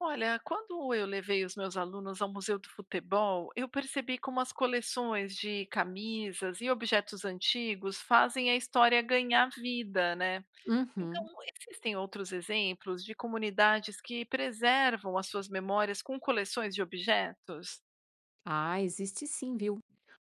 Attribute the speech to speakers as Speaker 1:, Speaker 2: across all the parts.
Speaker 1: Olha, quando eu levei os meus alunos ao Museu do Futebol, eu percebi como as coleções de camisas e objetos antigos fazem a história ganhar vida, né? Então,
Speaker 2: Uhum.
Speaker 1: existem outros exemplos de comunidades que preservam as suas memórias com coleções de objetos?
Speaker 2: Ah, existe sim, viu?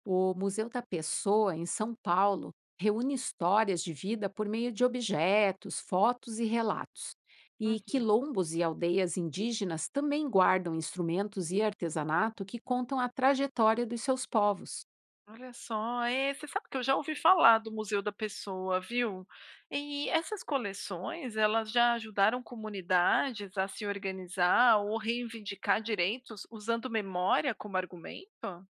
Speaker 2: O Museu da Pessoa, em São Paulo, reúne histórias de vida por meio de objetos, fotos e relatos. E
Speaker 1: Uhum.
Speaker 2: quilombos e aldeias indígenas também guardam instrumentos e artesanato que contam a trajetória dos seus povos.
Speaker 1: Olha só, você sabe que eu já ouvi falar do Museu da Pessoa, viu? E essas coleções, elas já ajudaram comunidades a se organizar ou reivindicar direitos usando memória como argumento?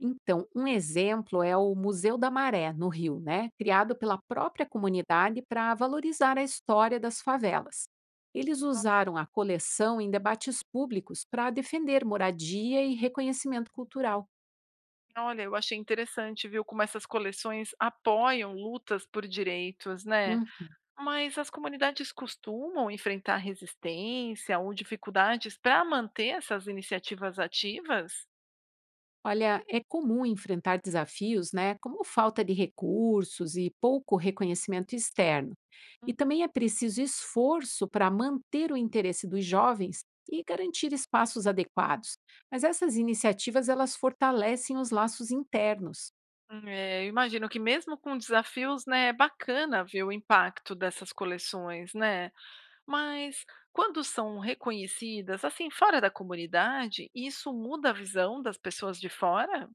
Speaker 2: Então, um exemplo é o Museu da Maré, no Rio, né? Criado pela própria comunidade para valorizar a história das favelas. Eles usaram a coleção em debates públicos para defender moradia e reconhecimento cultural.
Speaker 1: Olha, eu achei interessante, viu, como essas coleções apoiam lutas por direitos, né? Mas as comunidades costumam enfrentar resistência ou dificuldades para manter essas iniciativas ativas?
Speaker 2: Olha, é comum enfrentar desafios, né, como falta de recursos e pouco reconhecimento externo. E também é preciso esforço para manter o interesse dos jovens e garantir espaços adequados. Mas essas iniciativas, elas fortalecem os laços internos.
Speaker 1: É, eu imagino que mesmo com desafios, né, é bacana ver o impacto dessas coleções, né? Mas quando são reconhecidas, assim, fora da comunidade, isso muda a visão das pessoas de fora?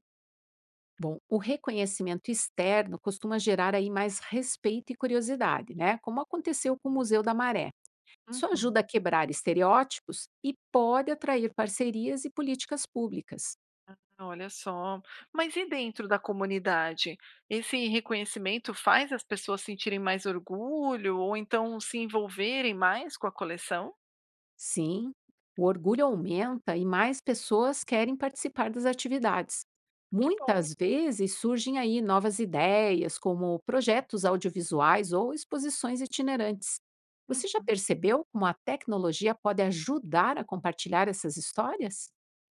Speaker 2: Bom, o reconhecimento externo costuma gerar aí mais respeito e curiosidade, né? Como aconteceu com o Museu da Maré. Isso
Speaker 1: Uhum,
Speaker 2: ajuda a quebrar estereótipos e pode atrair parcerias e políticas públicas.
Speaker 1: olha só. Mas e dentro da comunidade? Esse reconhecimento faz as pessoas sentirem mais orgulho ou então se envolverem mais com a coleção?
Speaker 2: Sim, o orgulho aumenta e mais pessoas querem participar das atividades.
Speaker 1: Que bom.
Speaker 2: Muitas vezes surgem aí novas ideias, como projetos audiovisuais ou exposições itinerantes. Você já percebeu como a tecnologia pode ajudar a compartilhar essas histórias?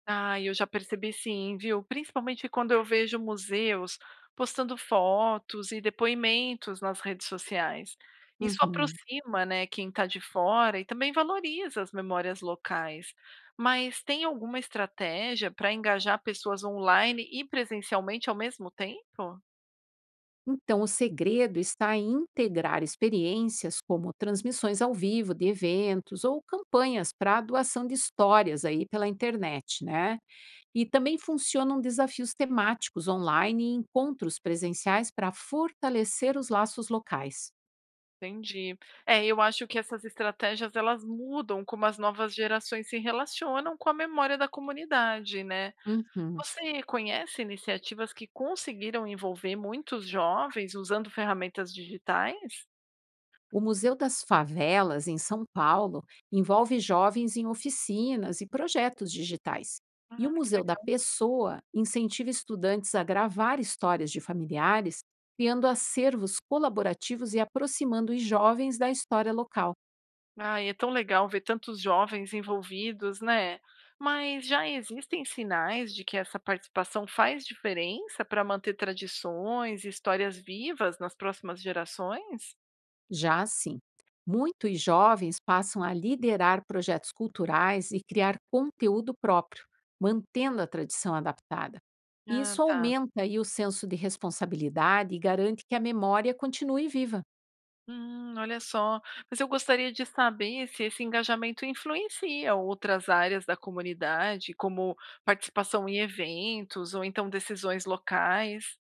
Speaker 1: Ah, eu já percebi sim, viu? Principalmente quando eu vejo museus postando fotos e depoimentos nas redes sociais. Isso
Speaker 2: Uhum.
Speaker 1: aproxima, né, quem está de fora e também valoriza as memórias locais. Mas tem alguma estratégia para engajar pessoas online e presencialmente ao mesmo tempo?
Speaker 2: Então, o segredo está em integrar experiências como transmissões ao vivo de eventos ou campanhas para doação de histórias aí pela internet, né? E também funcionam desafios temáticos online e encontros presenciais para fortalecer os laços locais.
Speaker 1: Entendi. É, eu acho que essas estratégias elas mudam como as novas gerações se relacionam com a memória da comunidade, né?
Speaker 2: Uhum.
Speaker 1: Você conhece iniciativas que conseguiram envolver muitos jovens usando ferramentas digitais?
Speaker 2: O Museu das Favelas, em São Paulo, envolve jovens em oficinas e projetos digitais. E
Speaker 1: Ah,
Speaker 2: o
Speaker 1: que
Speaker 2: Museu da
Speaker 1: legal.
Speaker 2: Pessoa incentiva estudantes a gravar histórias de familiares, criando acervos colaborativos e aproximando os jovens da história local.
Speaker 1: Ai, é tão legal ver tantos jovens envolvidos, né? Mas já existem sinais de que essa participação faz diferença para manter tradições e histórias vivas nas próximas gerações?
Speaker 2: Já assim, muitos jovens passam a liderar projetos culturais e criar conteúdo próprio, mantendo a tradição adaptada. E
Speaker 1: Ah,
Speaker 2: isso
Speaker 1: tá.
Speaker 2: aumenta aí o senso de responsabilidade e garante que a memória continue viva.
Speaker 1: Olha só. Mas eu gostaria de saber se esse engajamento influencia outras áreas da comunidade, como participação em eventos ou então decisões locais.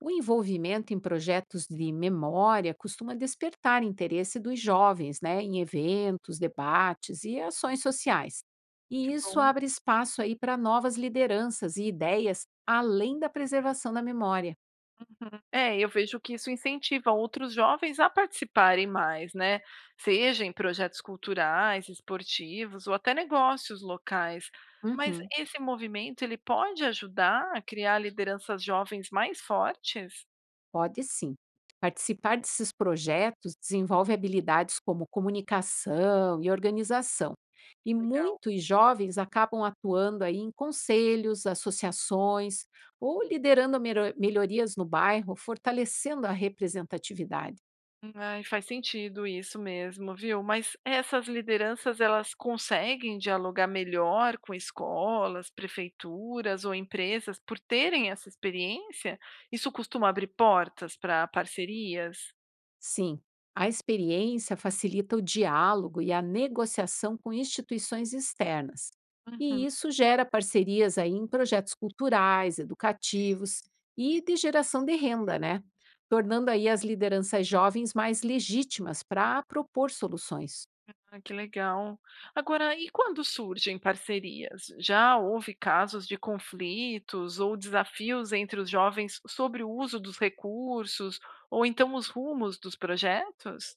Speaker 2: O envolvimento em projetos de memória costuma despertar interesse dos jovens, né, em eventos, debates e ações sociais.
Speaker 1: Que
Speaker 2: E isso
Speaker 1: bom.
Speaker 2: abre espaço aí para novas lideranças e ideias além da preservação da memória.
Speaker 1: Uhum. É, eu vejo que isso incentiva outros jovens a participarem mais, né? Seja em projetos culturais, esportivos ou até negócios locais. Mas
Speaker 2: Uhum.
Speaker 1: esse movimento, ele pode ajudar a criar lideranças jovens mais fortes?
Speaker 2: Pode sim. Participar desses projetos desenvolve habilidades como comunicação e organização. E
Speaker 1: Legal.
Speaker 2: muitos jovens acabam atuando aí em conselhos, associações ou liderando melhorias no bairro, fortalecendo a representatividade.
Speaker 1: Ai, faz sentido isso mesmo, viu? Mas essas lideranças, elas conseguem dialogar melhor com escolas, prefeituras ou empresas por terem essa experiência? Isso costuma abrir portas para parcerias?
Speaker 2: Sim, a experiência facilita o diálogo e a negociação com instituições externas.
Speaker 1: Uhum,
Speaker 2: E isso gera parcerias aí em projetos culturais, educativos e de geração de renda, né? Tornando aí as lideranças jovens mais legítimas para propor soluções.
Speaker 1: ah, que legal. Agora, e quando surgem parcerias? Já houve casos de conflitos ou desafios entre os jovens sobre o uso dos recursos ou então os rumos dos projetos?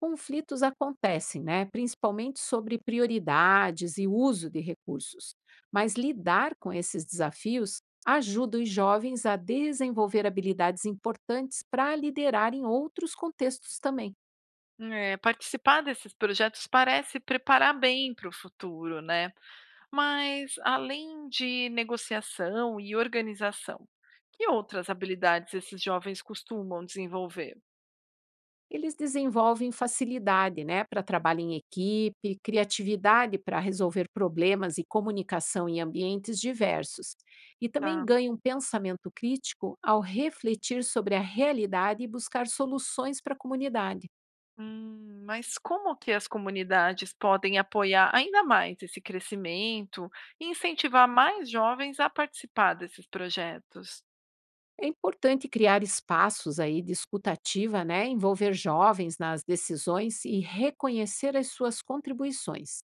Speaker 2: Conflitos acontecem, né? Principalmente sobre prioridades e uso de recursos. Mas lidar com esses desafios ajuda os jovens a desenvolver habilidades importantes para liderar em outros contextos também.
Speaker 1: É, participar desses projetos parece preparar bem para o futuro, né? Mas além de negociação e organização, que outras habilidades esses jovens costumam desenvolver?
Speaker 2: Eles desenvolvem facilidade, né, para trabalho em equipe, criatividade para resolver problemas e comunicação em ambientes diversos. E também
Speaker 1: Tá.
Speaker 2: ganham pensamento crítico ao refletir sobre a realidade e buscar soluções para a comunidade.
Speaker 1: Mas como que as comunidades podem apoiar ainda mais esse crescimento e incentivar mais jovens a participar desses projetos?
Speaker 2: É importante criar espaços aí de escuta ativa, né? Envolver jovens nas decisões e reconhecer as suas contribuições.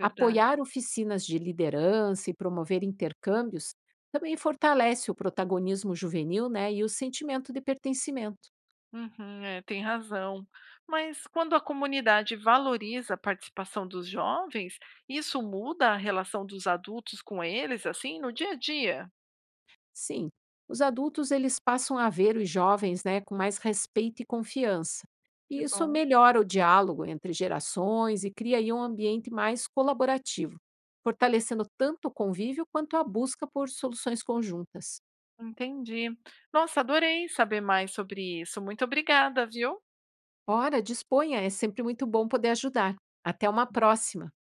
Speaker 1: Verdade.
Speaker 2: Apoiar oficinas de liderança e promover intercâmbios também fortalece o protagonismo juvenil, né? E o sentimento de pertencimento.
Speaker 1: Uhum, é, tem razão. Mas quando a comunidade valoriza a participação dos jovens, isso muda a relação dos adultos com eles, assim, no dia a dia?
Speaker 2: Sim, os adultos, eles passam a ver os jovens, né, com mais respeito e confiança.
Speaker 1: Que
Speaker 2: E isso
Speaker 1: bom.
Speaker 2: melhora o diálogo entre gerações e cria aí um ambiente mais colaborativo, fortalecendo tanto o convívio quanto a busca por soluções conjuntas.
Speaker 1: Entendi. Nossa, adorei saber mais sobre isso. Muito obrigada, viu?
Speaker 2: Ora, disponha, é sempre muito bom poder ajudar. Até uma próxima!